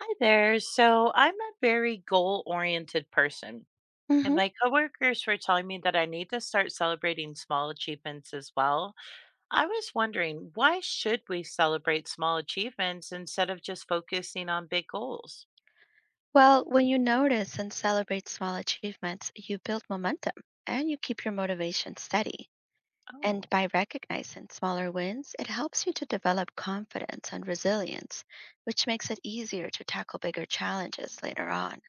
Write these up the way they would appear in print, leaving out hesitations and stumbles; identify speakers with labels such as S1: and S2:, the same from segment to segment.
S1: Hi there. So I'm a very goal-oriented person, and
S2: hmm
S1: my coworkers were telling me that I need to start celebrating small achievements as well. I was wondering, why should we celebrate small achievements instead of just focusing on big goals?
S2: Well, when you notice and celebrate small achievements, you build momentum and you keep your motivation steady. And
S1: Oh,
S2: by recognizing smaller wins, it helps you to develop confidence and resilience, which makes it easier to tackle bigger challenges later on.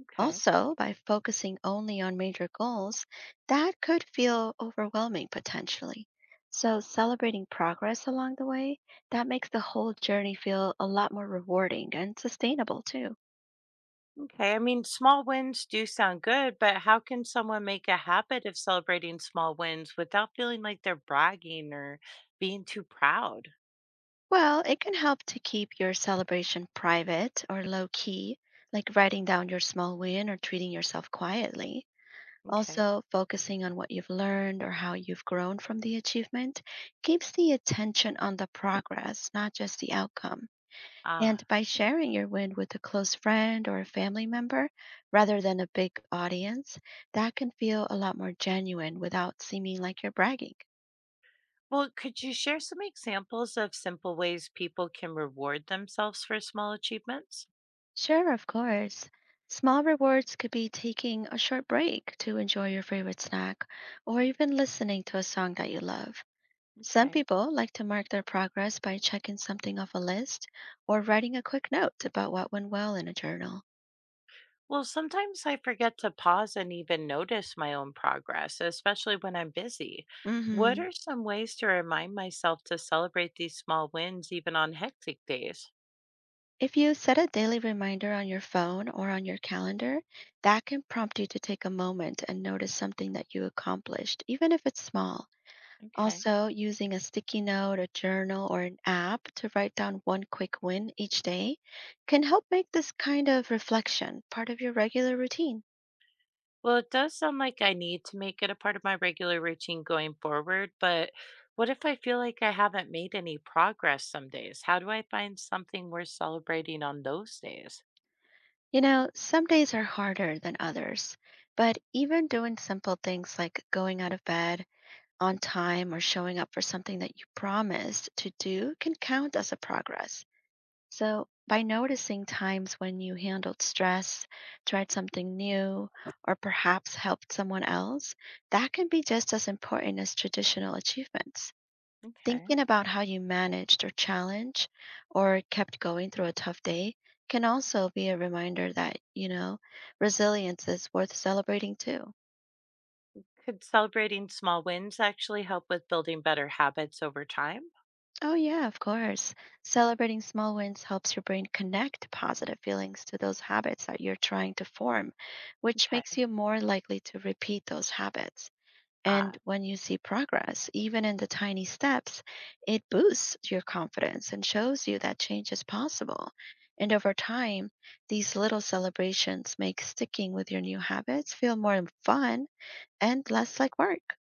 S1: okay.
S2: Also, by focusing only on major goals, that could feel overwhelming potentially. So, celebrating progress along the way, that makes the whole journey feel a lot more rewarding and sustainable too.
S1: Okay. I mean, small wins do sound good, but how can someone make a habit of celebrating small wins without feeling like they're bragging or being too proud?
S2: Well, it can help to keep your celebration private or low key, like writing down your small win or treating yourself quietly.
S1: Okay.
S2: Also, focusing on what you've learned or how you've grown from the achievement keeps the attention on the progress, not just the outcome. And
S1: Ah.
S2: by sharing your win with a close friend or a family member rather than a big audience, that can feel a lot more genuine without seeming like you're bragging.
S1: Well, could you share some examples of simple ways people can reward themselves for small achievements?
S2: Sure, of course. Small rewards could be taking a short break to enjoy your favorite snack or even listening to a song that you love. Some
S1: Okay.
S2: people like to mark their progress by checking something off a list or writing a quick note about what went well in a journal.
S1: Well, sometimes I forget to pause and even notice my own progress, especially when I'm busy. What
S2: hmm
S1: are some ways to remind myself to celebrate these small wins even on hectic days?
S2: If you set a daily reminder on your phone or on your calendar, that can prompt you to take a moment and notice something that you accomplished, even if it's small.
S1: Okay.
S2: Also, using a sticky note, a journal, or an app to write down one quick win each day can help make this kind of reflection part of your regular routine.
S1: Well, it does sound like I need to make it a part of my regular routine going forward, but what if I feel like I haven't made any progress some days? How do I find something worth celebrating on those days?
S2: You know, some days are harder than others, but even doing simple things like going out of bed on time or showing up for something that you promised to do can count as a progress. So, by noticing times when you handled stress, tried something new, or perhaps helped someone else, that can be just as important as traditional achievements.
S1: Okay.
S2: Thinking about how you managed or challenged or kept going through a tough day can also be a reminder that, you know, resilience is worth celebrating too.
S1: Could celebrating small wins actually help with building better habits over time?
S2: Oh, yeah, of course. Celebrating small wins helps your brain connect positive feelings to those habits that you're trying to form, which makes
S1: Okay.
S2: you more likely to repeat those habits. And
S1: Ah,
S2: when you see progress, even in the tiny steps, it boosts your confidence and shows you that change is possible. And over time, these little celebrations make sticking with your new habits feel more fun and less like work.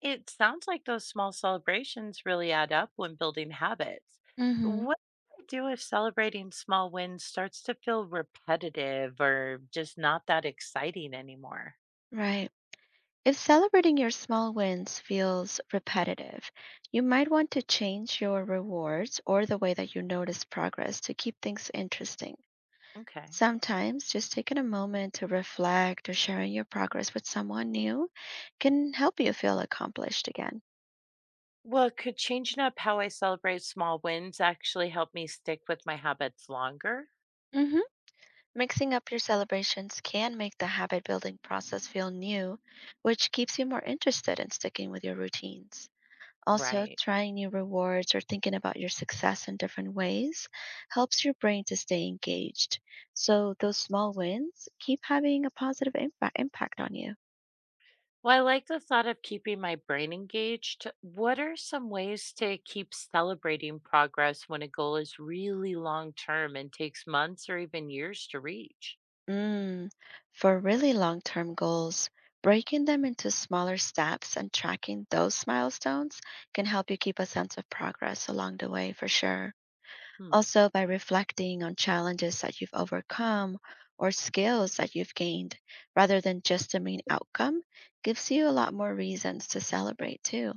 S1: it sounds like those small celebrations really add up when building habits.
S2: Mm-hmm.
S1: What do I do if celebrating small wins starts to feel repetitive or just not that exciting anymore?
S2: Right. If celebrating your small wins feels repetitive, you might want to change your rewards or the way that you notice progress to keep things interesting.
S1: Okay.
S2: Sometimes just taking a moment to reflect or sharing your progress with someone new can help you feel accomplished again.
S1: Well, could changing up how I celebrate small wins actually help me stick with my habits longer?
S2: hmm Mixing up your celebrations can make the habit building process feel new, which keeps you more interested in sticking with your routines. Also,
S1: Right.
S2: trying new rewards or thinking about your success in different ways helps your brain to stay engaged. So, those small wins keep having a positive impact on you.
S1: Well, I like the thought of keeping my brain engaged. What are some ways to keep celebrating progress when a goal is really long term and takes months or even years to reach?
S2: Mm, for really long term goals, breaking them into smaller steps and tracking those milestones can help you keep a sense of progress along the way for sure.
S1: Hmm.
S2: Also, by reflecting on challenges that you've overcome or skills that you've gained, rather than just the main outcome, gives you a lot more reasons to celebrate too.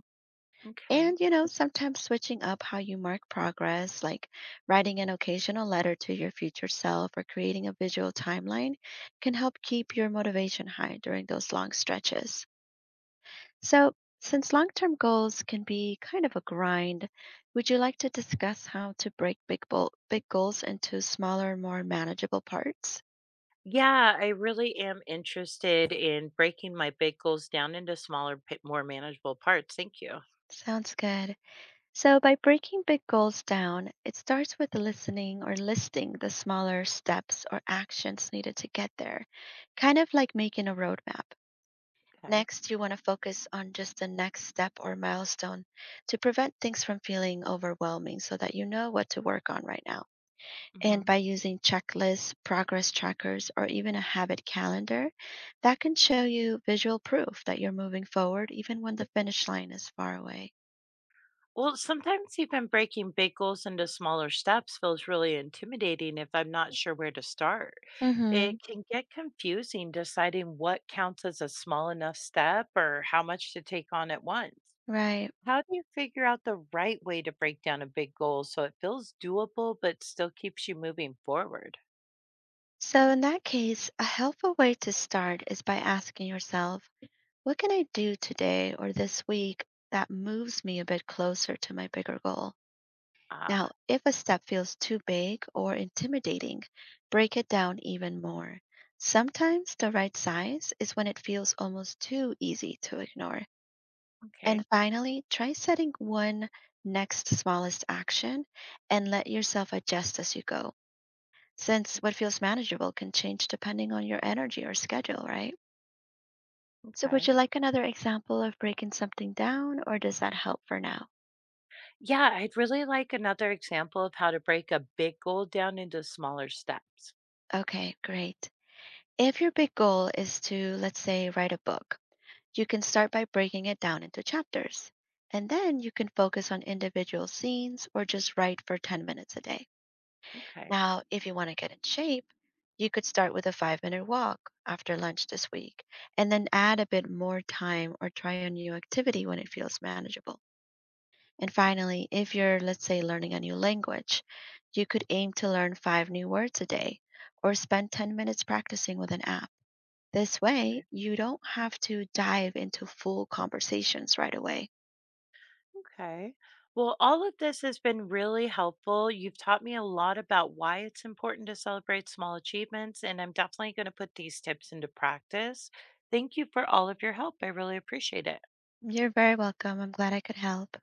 S2: And,
S1: Okay.
S2: you know, sometimes switching up how you mark progress, like writing an occasional letter to your future self or creating a visual timeline, can help keep your motivation high during those long stretches. So, since long term goals can be kind of a grind, would you like to discuss how to break big, big goals into smaller, more manageable parts?
S1: Yeah, I really am interested in breaking my big goals down into smaller, more manageable parts. Thank you.
S2: Sounds good. So, by breaking big goals down, it starts with listening or listing the smaller steps or actions needed to get there, kind of like making a roadmap.
S1: Okay.
S2: Next, you want to focus on just the next step or milestone to prevent things from feeling overwhelming so that you know what to work on right now. And
S1: hmm
S2: by using checklists, progress trackers, or even a habit calendar, that can show you visual proof that you're moving forward even when the finish line is far away.
S1: Well, sometimes even breaking big goals into smaller steps feels really intimidating if I'm not sure where to start.
S2: Mm-hmm.
S1: It can get confusing deciding what counts as a small enough step or how much to take on at once.
S2: Right.
S1: How do you figure out the right way to break down a big goal so it feels doable but still keeps you moving forward?
S2: So, in that case, a helpful way to start is by asking yourself, what can I do today or this week that moves me a bit closer to my bigger goal? Now,
S1: Ah,
S2: if a step feels too big or intimidating, break it down even more. Sometimes the right size is when it feels almost too easy to ignore. And
S1: okay.
S2: finally, try setting one next smallest action and let yourself adjust as you go, since what feels manageable can change depending on your energy or schedule, right? So, would
S1: Okay.
S2: you like another example of breaking something down, or does that help for now?
S1: Yeah, I'd really like another example of how to break a big goal down into smaller steps.
S2: Okay, great. If your big goal is to, let's say, write a book, you can start by breaking it down into chapters, and then you can focus on individual scenes or just write for 10 minutes a day.
S1: Okay.
S2: Now, if you want to get in shape, you could start with a 5 minute walk after lunch this week, and then add a bit more time or try a new activity when it feels manageable. And finally, if you're, let's say, learning a new language, you could aim to learn five new words a day or spend 10 minutes practicing with an app. This way, you don't have to dive into full conversations right away.
S1: Okay. Well, all of this has been really helpful. You've taught me a lot about why it's important to celebrate small achievements, and I'm definitely going to put these tips into practice. Thank you for all of your help. I really appreciate it.
S2: You're very welcome. I'm glad I could help.